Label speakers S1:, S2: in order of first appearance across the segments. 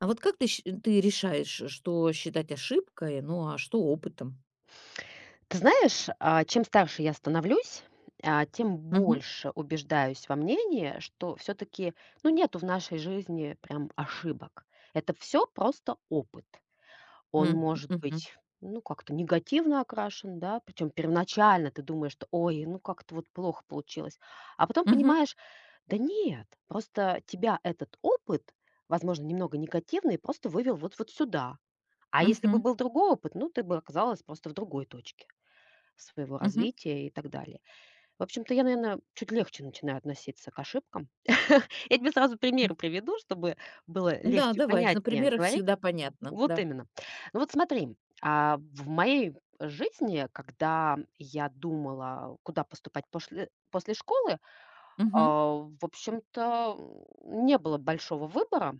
S1: А вот как ты решаешь, что считать ошибкой, ну, а что опытом?
S2: Ты знаешь, чем старше я становлюсь, тем
S1: Мгм.
S2: больше убеждаюсь во мнении, что все-таки, ну, нету в нашей жизни прям ошибок. Это все просто опыт. Он
S1: М.
S2: может
S1: Мгм.
S2: быть ну, как-то негативно окрашен, да, причем первоначально ты думаешь, что, ой, ну, как-то вот плохо получилось, а потом
S1: Мгм.
S2: понимаешь, да нет, просто тебя этот опыт, возможно, немного негативный, просто вывел вот сюда. А если бы
S1: Мгм.
S2: был другой опыт, ну, ты бы оказалась просто в другой точке своего
S1: Мгм.
S2: развития и так далее. В общем-то, я, наверное, чуть легче начинаю относиться к ошибкам. Я тебе сразу
S1: М.
S2: примеры приведу, чтобы было
S1: Да,
S2: легче,
S1: давай. На
S2: понятнее
S1: примерах
S2: говорить.
S1: всегда понятно.
S2: Вот
S1: Да.
S2: именно. Ну вот смотри, в моей жизни, когда я думала, куда поступать после школы,
S1: Мгм.
S2: в общем-то, не было большого выбора,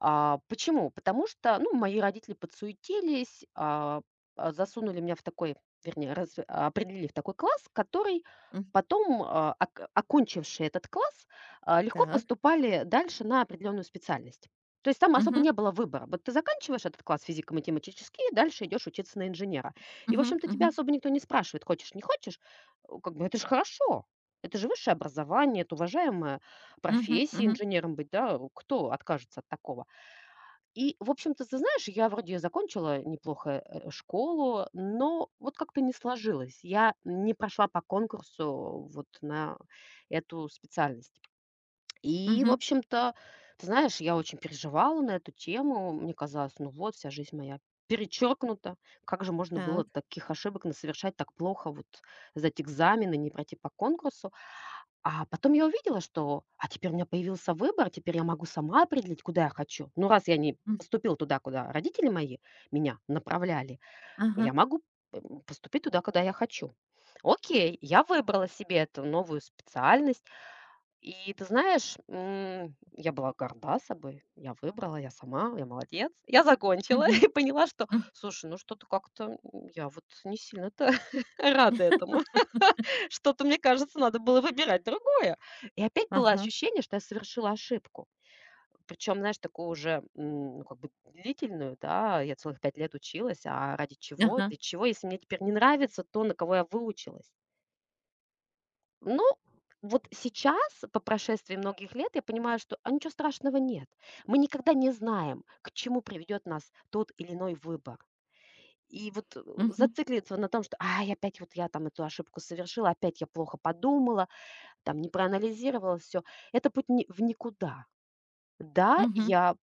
S2: почему? Потому что, ну, мои родители подсуетились, засунули меня в такой, вернее, определили в такой класс, который
S1: М.
S2: потом, окончившие этот класс, легко
S1: Так.
S2: поступали дальше на определенную специальность. То есть там особо
S1: Мгм.
S2: не было выбора. Вот ты заканчиваешь этот класс физико-математический, дальше идешь учиться на инженера. И, в
S1: Мгм.
S2: общем-то, тебя
S1: Мгм.
S2: особо никто не спрашивает, хочешь, не хочешь. Как бы это же хорошо. Это же высшее образование, это уважаемая
S1: Мгм.
S2: профессия
S1: Мгм.
S2: инженером быть, да, кто откажется от такого? И, в общем-то, ты знаешь, я вроде закончила неплохо, школу, но вот как-то не сложилось. Я не прошла по конкурсу вот на эту специальность. И, в
S1: Мгм.
S2: общем-то, ты знаешь, я очень переживала на эту тему. Мне казалось, ну вот, вся жизнь моя перечеркнута. Как же можно
S1: Так.
S2: было таких ошибок совершать, так плохо вот сдать экзамены, не пройти по конкурсу? А потом я увидела, что, теперь у меня появился выбор, теперь я могу сама определить, куда я хочу. Ну, раз я не
S1: М.
S2: поступила туда, куда родители мои меня направляли, я
S1: Ага.
S2: могу поступить туда, куда я хочу. Окей, я выбрала себе эту новую специальность, и ты знаешь, я была горда собой, я выбрала, я сама, я молодец. Я закончила и
S1: Мгм.
S2: поняла, что,
S1: М.
S2: слушай, ну что-то как-то я вот не сильно-то рада этому. Что-то, мне кажется, надо было выбирать другое. И опять было
S1: Ага.
S2: ощущение, что я совершила ошибку. Причем, знаешь, такую уже, ну, как бы длительную, да, я целых 5 лет училась, а ради чего,
S1: Ага.
S2: для чего, если мне теперь не нравится то, на кого я выучилась. Ну, вот сейчас, по прошествии многих лет, я понимаю, что ничего страшного нет. Мы никогда не знаем, к чему приведет нас тот или иной выбор. И вот
S1: Мгм.
S2: зацикливаться на том, что ай, опять вот я там эту ошибку совершила, опять я плохо подумала, там не проанализировала все, это путь в никуда. Да,
S1: Мгм.
S2: я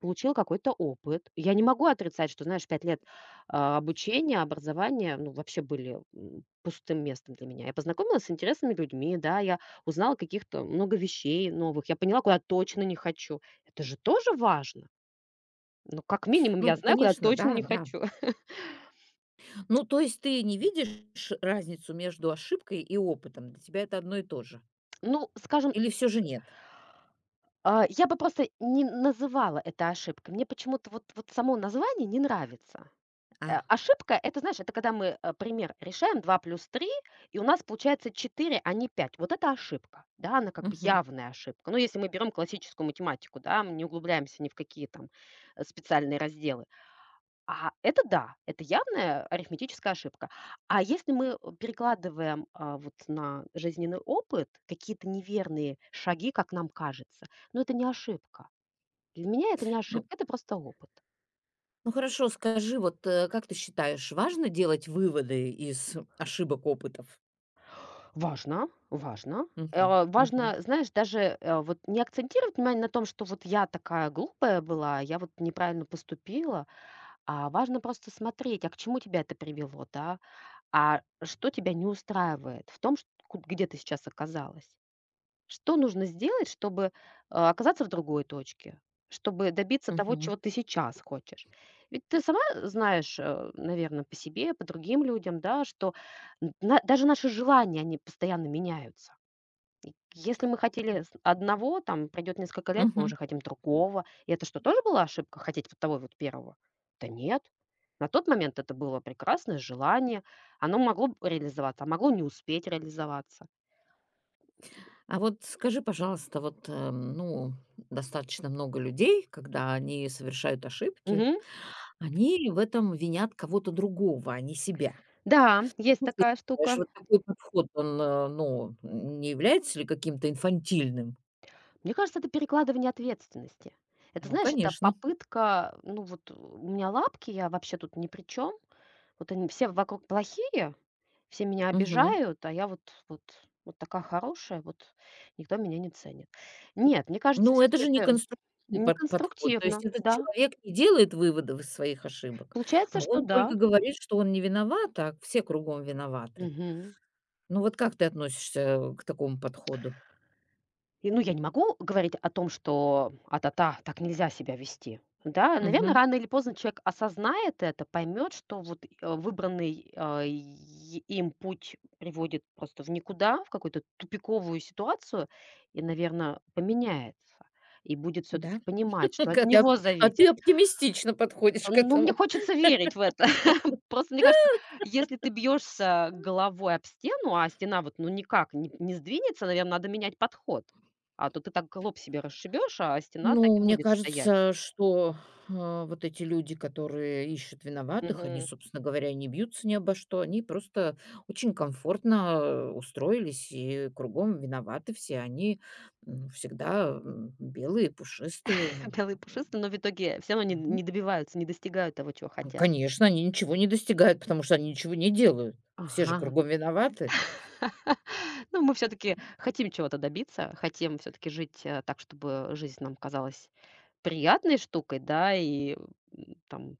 S2: получил какой-то опыт. Я не могу отрицать, что, знаешь, 5 лет, обучения, образования, ну, вообще были, пустым местом для меня. Я познакомилась с интересными людьми, да, я узнала каких-то много вещей новых, я поняла, куда точно не хочу. Это же тоже важно. Ну, как минимум, я
S1: Ну,
S2: знаю, куда
S1: конечно,
S2: точно
S1: да,
S2: не
S1: да.
S2: хочу.
S1: Ну, то есть ты не видишь разницу между ошибкой и опытом? Для тебя это одно и то же?
S2: Ну, скажем,
S1: Или все же нет?
S2: я бы просто не называла это ошибкой. Мне почему-то вот само название не нравится.
S1: А.
S2: Ошибка — это, знаешь, это когда мы, пример решаем два плюс три, и у нас получается четыре, а не пять. Вот это ошибка, да, она как бы
S1: Мгм.
S2: явная ошибка. Ну, если мы берем классическую математику, да, мы не углубляемся ни в какие там, специальные разделы. А это да, это явная арифметическая ошибка. А если мы, перекладываем, вот на жизненный опыт какие-то неверные шаги, как нам кажется, ну, это не ошибка. Для меня это не
S1: Ну
S2: ошибка, это просто опыт.
S1: Ну хорошо, скажи, вот, как ты считаешь, важно делать выводы из ошибок, опытов?
S2: Важно, важно.
S1: Мгм, мгм,
S2: Важно, знаешь, даже, вот не акцентировать внимание на том, что вот я такая глупая была, я вот неправильно поступила, а важно просто смотреть, а к чему тебя это привело, да? А что тебя не устраивает в том, чт ку где ты сейчас оказалась? Что нужно сделать, чтобы, оказаться в другой точке? Чтобы добиться того, чего
S1: мгм,
S2: ты сейчас хочешь? Ведь ты сама знаешь, наверное, по себе, по другим людям, да, что н на даже наши желания, они постоянно меняются. Если мы хотели с одного, там пройдет несколько лет, мы
S1: мгм.
S2: уже хотим другого. И это что, тоже была ошибка — хотеть вот того вот первого? Да нет. На тот момент это было прекрасное желание. Оно могло б реализоваться, а могло не успеть реализоваться.
S1: А вот скажи, пожалуйста, вот, ну, достаточно много людей, когда они совершают ошибки,
S2: Мгм.
S1: они в этом винят кого-то другого, а не себя.
S2: Да, есть
S1: Как ты
S2: такая
S1: считаешь,
S2: штука.
S1: вот такой подход, он, ну, не является ли каким-то инфантильным?
S2: Мне кажется, это перекладывание ответственности. Это,
S1: Ну,
S2: знаешь, это
S1: конечно.
S2: попытка, ну вот у меня лапки, я вообще тут ни при чем. Вот они все вокруг плохие, все меня
S1: Мгм.
S2: обижают, а я вот, вот, вот такая хорошая, вот никто меня не ценит. Нет, мне кажется,
S1: Ну, это
S2: все-таки
S1: же не
S2: это
S1: конструктивный подход. То
S2: неконструктивно,
S1: есть этот
S2: да.
S1: человек не делает выводов из своих ошибок,
S2: Получается,
S1: а
S2: что
S1: он
S2: да.
S1: только говорит, что он не виноват, а все кругом виноваты.
S2: Мгм.
S1: Ну, вот как ты относишься к такому подходу?
S2: И, ну, я не могу говорить о том, что а-та-та, так нельзя себя вести. Да, наверное,
S1: Мгм.
S2: рано или поздно человек осознает это, поймет, что вот, выбранный, и им путь приводит просто в никуда, в какую-то тупиковую ситуацию и, наверное, поменяется. И будет все таки
S1: Да?
S2: понимать, что от
S1: Как ты оп
S2: него
S1: а
S2: зависит.
S1: ты оптимистично подходишь к
S2: Ну, мне
S1: этому.
S2: хочется верить в это. Просто мне кажется, если ты бьешься головой об стену, а стена вот ну никак не сдвинется, наверное, надо менять подход. А то ты так лоб себе расшибешь, а стена так
S1: Ну,
S2: и
S1: мне
S2: будет стоять.
S1: кажется, что, вот эти люди, которые ищут виноватых, они,
S2: Мгм.
S1: собственно говоря, не бьются ни обо что. Они просто очень комфортно, устроились, и кругом виноваты все. Они, всегда, белые, пушистые.
S2: Белые пушистые, но в итоге все равно не
S1: М,
S2: не
S1: мгм.
S2: добиваются, не достигают того, чего хотят.
S1: Конечно, они ничего не достигают, потому что они ничего не делают. Все же
S2: Ага.
S1: кругом виноваты.
S2: Ну, мы все таки хотим чего-то добиться, хотим все таки жить, так, чтобы жизнь нам казалась приятной штукой, да, и, там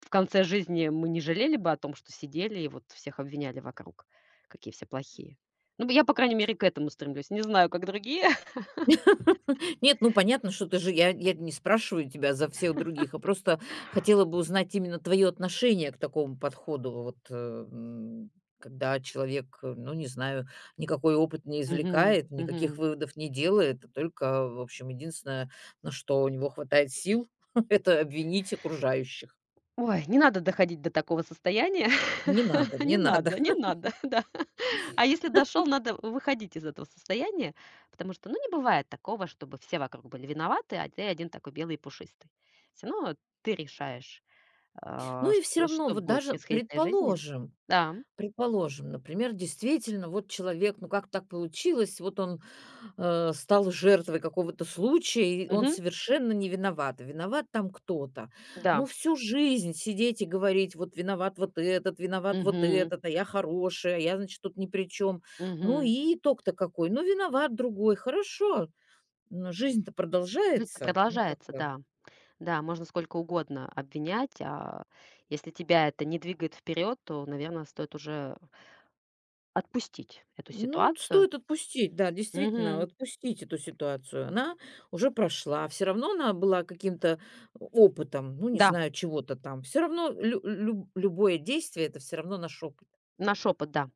S2: в конце жизни мы не жалели бы о том, что сидели и вот всех обвиняли вокруг, какие все плохие. Ну, я, по крайней мере, к этому стремлюсь. Не знаю, как другие.
S1: Нет, ну понятно, что ты же я не спрашиваю тебя за всех других, а просто хотела бы узнать именно твое отношение к такому подходу. Вот, когда человек, ну, не знаю, никакой опыт не
S2: Мгм,
S1: извлекает, никаких
S2: мгм.
S1: выводов не делает, а только, в общем, единственное, на что у него хватает сил, это обвинить окружающих.
S2: Ой, не надо доходить до такого состояния.
S1: Не надо,
S2: Не
S1: не надо.
S2: надо, не надо, да. А если дошел, надо выходить из этого состояния, потому что, ну, не бывает такого, чтобы все вокруг были виноваты, а ты один такой белый и пушистый. Всё равно ты решаешь,
S1: Ну и все
S2: что
S1: равно,
S2: что
S1: вот
S2: будет
S1: даже
S2: происходить в твоей жизни.
S1: предположим,
S2: Да.
S1: Предположим, например, действительно, вот человек, ну как так получилось, вот он, стал жертвой какого-то случая, и он
S2: Мгм.
S1: совершенно не виноват. Виноват там кто-то.
S2: Да.
S1: Ну всю жизнь сидеть и говорить: "Вот виноват вот
S2: Мгм.
S1: этот, а я хороший, а я, значит, тут ни при чём". Ну
S2: Мгм.
S1: и итог-то какой? Ну, виноват другой. Хорошо, но жизнь-то
S2: То это
S1: продолжается. Ну,
S2: продолжается,
S1: как-то.
S2: да. Да, можно сколько угодно обвинять, а если тебя это не двигает вперед, то, наверное, стоит уже отпустить эту
S1: Ну,
S2: ситуацию.
S1: стоит отпустить, да, действительно,
S2: Мгм.
S1: отпустить эту ситуацию. Она уже прошла. Все равно она была каким-то опытом, ну, не
S2: Да,
S1: знаю, чего-то там. Все равно любое действие это все равно наш опыт.
S2: наш опыт, да.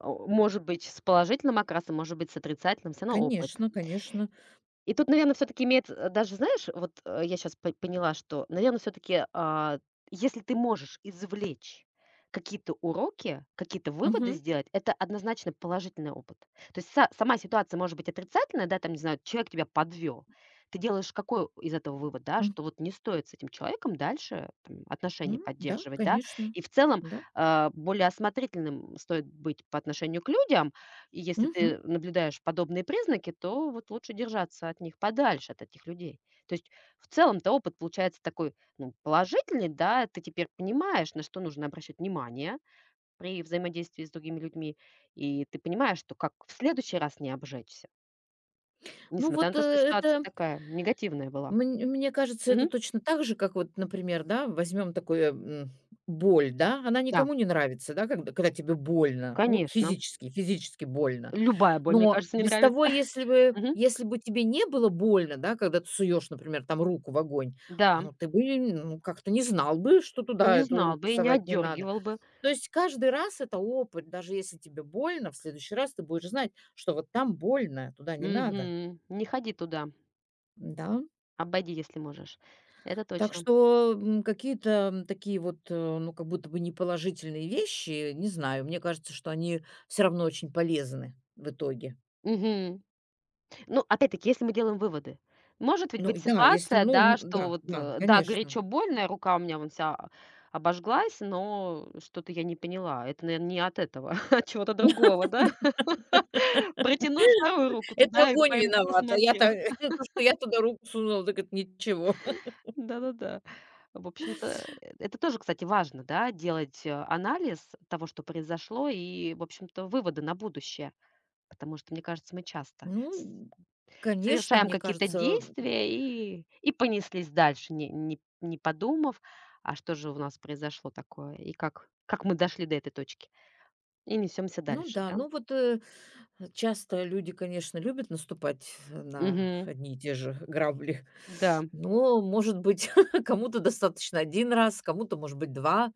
S2: О, может быть, с положительным окрасом, может быть, с отрицательным, все равно опыт.
S1: Конечно, конечно.
S2: И тут, наверное, все таки имеет, даже, знаешь, вот, я сейчас поняла, что, наверное, все таки если ты можешь извлечь какие-то уроки, какие-то выводы
S1: Мгм.
S2: сделать, это однозначно положительный опыт. То есть са сама ситуация может быть отрицательная, да, там, не знаю, человек тебя подвёл. Ты делаешь какой из этого вывод, да,
S1: М,
S2: что вот не стоит с этим человеком дальше там отношения
S1: Да,
S2: поддерживать, да.
S1: конечно.
S2: И в целом,
S1: Да.
S2: более осмотрительным стоит быть по отношению к людям, и если ты
S1: Мгм.
S2: наблюдаешь подобные признаки, то вот лучше держаться от них подальше, от этих людей. То есть в целом-то опыт получается такой ну, положительный, да, ты теперь понимаешь, на что нужно обращать внимание при взаимодействии с другими людьми, и ты понимаешь, что как в следующий раз не обжечься,
S1: Ну,
S2: несмотря на
S1: вот
S2: то, что ситуация
S1: это
S2: такая негативная была.
S1: Мн мне кажется, это
S2: Мгм.
S1: точно так же, как вот, например, да, возьмем такое, боль, да, она
S2: Да,
S1: никому не нравится, да, когда тебе больно, ну,
S2: конечно.
S1: физически больно.
S2: Любая боль, мне
S1: Но
S2: кажется, не
S1: без того,
S2: нравится.
S1: если бы
S2: Мгм.
S1: если бы тебе не было больно, да, когда ты суешь, например, там руку в огонь,
S2: Да,
S1: ну, ты бы, ну, как-то не знал бы, что туда
S2: не
S1: эту
S2: знал
S1: руку
S2: бы и не
S1: совать не надо.
S2: отдергивал бы.
S1: То есть каждый раз это опыт. Даже если тебе больно, в следующий раз ты будешь знать, что вот там больно, туда не надо.
S2: Мгм. Не ходи туда.
S1: Да.
S2: Обойди, если можешь. Это
S1: Так
S2: точно.
S1: что, какие-то, такие вот, ну, как будто бы неположительные вещи, не знаю, мне кажется, что они все равно очень полезны в итоге.
S2: Мгм. Ну, опять-таки, если мы делаем выводы. Может ведь
S1: Ну
S2: быть
S1: и да, если,
S2: ситуация,
S1: ну,
S2: да, что
S1: да,
S2: вот,
S1: да,
S2: да,
S1: конечно.
S2: горячо, больно, рука у меня вон вся о обожглась, но что-то я не поняла. Это, наверное, не от этого, от чего-то другого, да? Протяну и вторую руку
S1: Это
S2: туда и
S1: огонь
S2: пойм
S1: виноват, а
S2: посмотрю.
S1: я-то то, что я туда руку сунула, так это ничего.
S2: Да-да-да. В общем-то, это тоже, кстати, важно, да, делать, анализ того, что произошло, и, в общем-то, выводы на будущее. Потому что, мне кажется, мы часто
S1: Ну, конечно,
S2: совершаем
S1: мне
S2: какие-то
S1: кажется.
S2: действия и понеслись дальше, не подумав, а что же у нас произошло такое и как мы дошли до этой точки. И несемся
S1: Ну
S2: дальше,
S1: да,
S2: да?
S1: ну вот, часто люди, конечно, любят наступать на
S2: Мгм.
S1: одни и те же грабли,
S2: Да.
S1: но, может быть, кому-то достаточно один раз, кому-то, может быть, 2,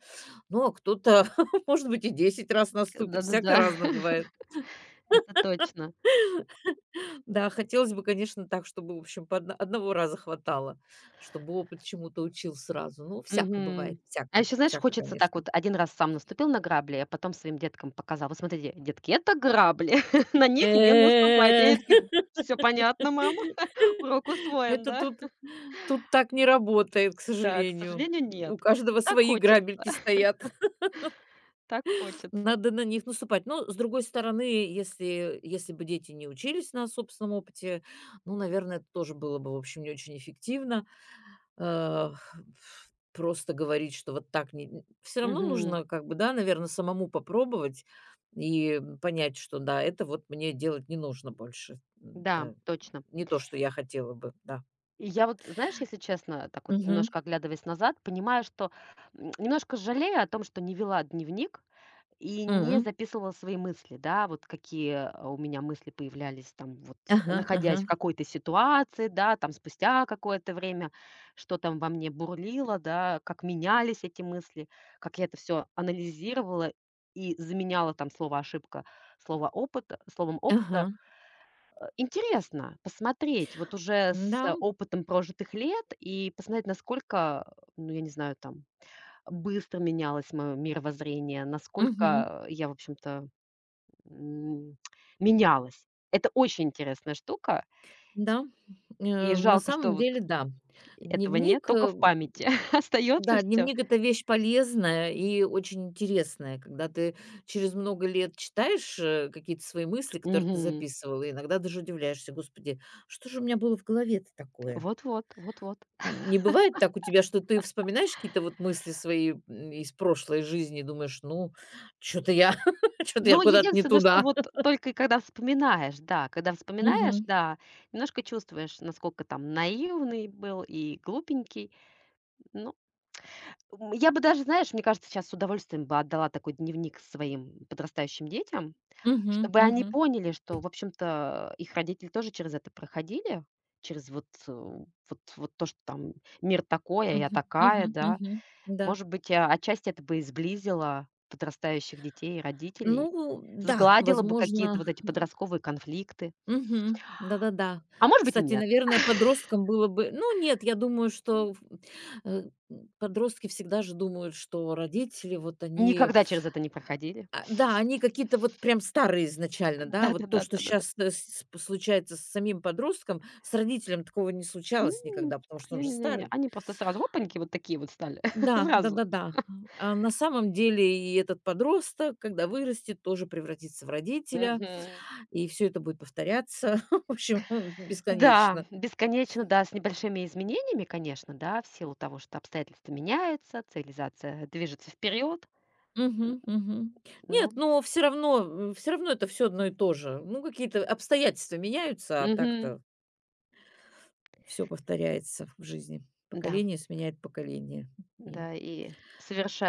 S1: ну, а кто-то, может быть, и 10 раз наступит, всяко
S2: Да-да-да.
S1: разно бывает.
S2: Это точно.
S1: Да, хотелось бы, конечно, так, чтобы, в общем, по одного раза хватало, чтобы опыт чему-то учил сразу. Ну, всяко
S2: Мгм.
S1: бывает,
S2: А
S1: всяко,
S2: еще, знаешь,
S1: всяко,
S2: хочется так
S1: конечно.
S2: вот: один раз сам наступил на грабли, а потом своим деткам показал: «Вот смотрите, детки, это грабли, на них не наступайте». И они такие: «Всё понятно, мам, урок усвоен,
S1: это
S2: да?»
S1: тут Тут так не работает, к
S2: Да, к
S1: сожалению.
S2: сожалению, нет.
S1: У каждого
S2: Так
S1: свои
S2: хочется,
S1: грабельки стоят.
S2: так хочется.
S1: Надо на них наступать. Но, с другой стороны, если бы дети не учились на собственном опыте, ну, наверное, это тоже было бы, в общем, не очень эффективно. Э, Просто говорить, что вот так не. Все равно
S2: Мгм.
S1: нужно, как бы, да, наверное, самому попробовать и понять, что да, это вот мне делать не нужно больше. М,
S2: Да,
S1: да.
S2: точно.
S1: Не то, что я хотела бы, да.
S2: И я вот, знаешь, если честно, так вот
S1: Мгм.
S2: немножко оглядываясь назад, понимаю, что немножко жалею о том, что не вела дневник и не
S1: Мгм.
S2: записывала свои мысли, да, вот какие у меня мысли появлялись там вот,
S1: Ага, ага.
S2: находясь в какой-то ситуации, да, там спустя какое-то время, что там во мне бурлило, да, как менялись эти мысли, как я это все анализировала и заменяла там слово ошибка слово опыта, словом
S1: Ага,
S2: опыта, интересно посмотреть вот уже с
S1: да,
S2: опытом прожитых лет и посмотреть, насколько, ну, я не знаю, там, быстро менялось моё мировоззрение,
S1: мгм,
S2: насколько я, в общем-то, м, менялась. Это очень интересная штука,
S1: да.
S2: и
S1: На
S2: жалко, что
S1: самом
S2: вот
S1: деле, да.
S2: этого нет,
S1: Дневник,
S2: только
S1: э,
S2: в памяти остается
S1: да,
S2: всё.
S1: дневник — это вещь полезная и очень интересная, когда ты через много лет читаешь, какие-то свои мысли, которые ты записывал, и иногда даже удивляешься: "Господи, что же у меня было в голове-то такое?"
S2: Вот-вот, вот-вот.
S1: Не бывает так у тебя, что ты вспоминаешь какие-то вот мысли свои, из прошлой жизни, и думаешь: "Ну, что то я что то я
S2: Ну,
S1: куда-то не
S2: единственное, что
S1: туда".
S2: вот только когда вспоминаешь,
S1: Мгм,
S2: да, немножко чувствуешь, насколько там наивный был и глупенький. Ну, я бы даже, знаешь, мне кажется, сейчас с удовольствием бы отдала такой дневник своим подрастающим детям,
S1: мгм,
S2: чтобы они
S1: мгм.
S2: поняли, что, в общем-то, их родители тоже через это проходили, через вот то, что там мир такой, а я
S1: Мгм,
S2: такая,
S1: мгм,
S2: да.
S1: мгм. Да.
S2: Может быть, отчасти это бы и сблизило подрастающих детей и родителей,
S1: Ну да,
S2: сгладило бы какие-то
S1: возможно.
S2: вот эти подростковые конфликты.
S1: Мгм. Да-да-да.
S2: А может быть и
S1: Кстати,
S2: нет,
S1: наверное, подросткам было бы, ну нет, я думаю, что подростки всегда же думают, что родители, вот они,
S2: никогда через это не проходили.
S1: да, они какие-то вот прям старые изначально, да. Вот то,
S2: Да-да-да,
S1: что
S2: да-да-да.
S1: сейчас случается с самим подростком, с родителем такого не случалось
S2: М,
S1: никогда, потому что он же
S2: Не-не-не-не,
S1: старый.
S2: они просто сразу опаньки вот такие вот стали,
S1: Да,
S2: сразу.
S1: да-да-да. А на самом деле и этот подросток, когда вырастет, тоже превратится в родителя,
S2: Мгм.
S1: и все это будет повторяться, в общем,
S2: Да,
S1: бесконечно.
S2: бесконечно, да, с небольшими изменениями, конечно, да, в силу того, что обстоятельства меняются, цивилизация движется вперед,
S1: Мгм, мгм.
S2: но.
S1: Нет, но все равно это все одно и то же. Ну, какие-то обстоятельства меняются, а
S2: Мгм.
S1: так-то все повторяется в жизни.
S2: Да,
S1: Поколение сменяет поколение. И
S2: да, и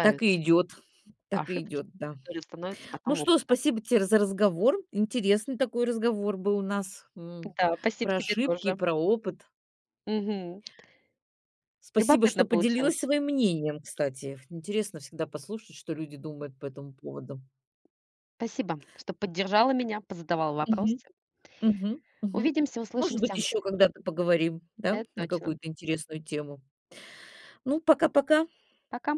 S1: так и идет. Так и
S2: ошибки,
S1: идет, да.
S2: которые становятся
S1: Ну
S2: потом
S1: что,
S2: опытом.
S1: спасибо тебе за разговор. Интересный такой разговор был у нас,
S2: Да, спасибо
S1: про
S2: тебе
S1: ошибки и
S2: тоже.
S1: про опыт.
S2: Мгм.
S1: Спасибо,
S2: Любопытно
S1: что поделилась
S2: получилось.
S1: своим мнением, кстати. Интересно всегда послушать, что люди думают по этому поводу.
S2: Спасибо, что поддержала меня, позадавала
S1: Мгм.
S2: вопросы.
S1: Мгм. Мгм.
S2: Увидимся,
S1: Может быть,
S2: услышимся.
S1: еще когда-то поговорим, да,
S2: Это
S1: на
S2: точно.
S1: какую-то интересную тему. Ну, пока-пока.
S2: Пока.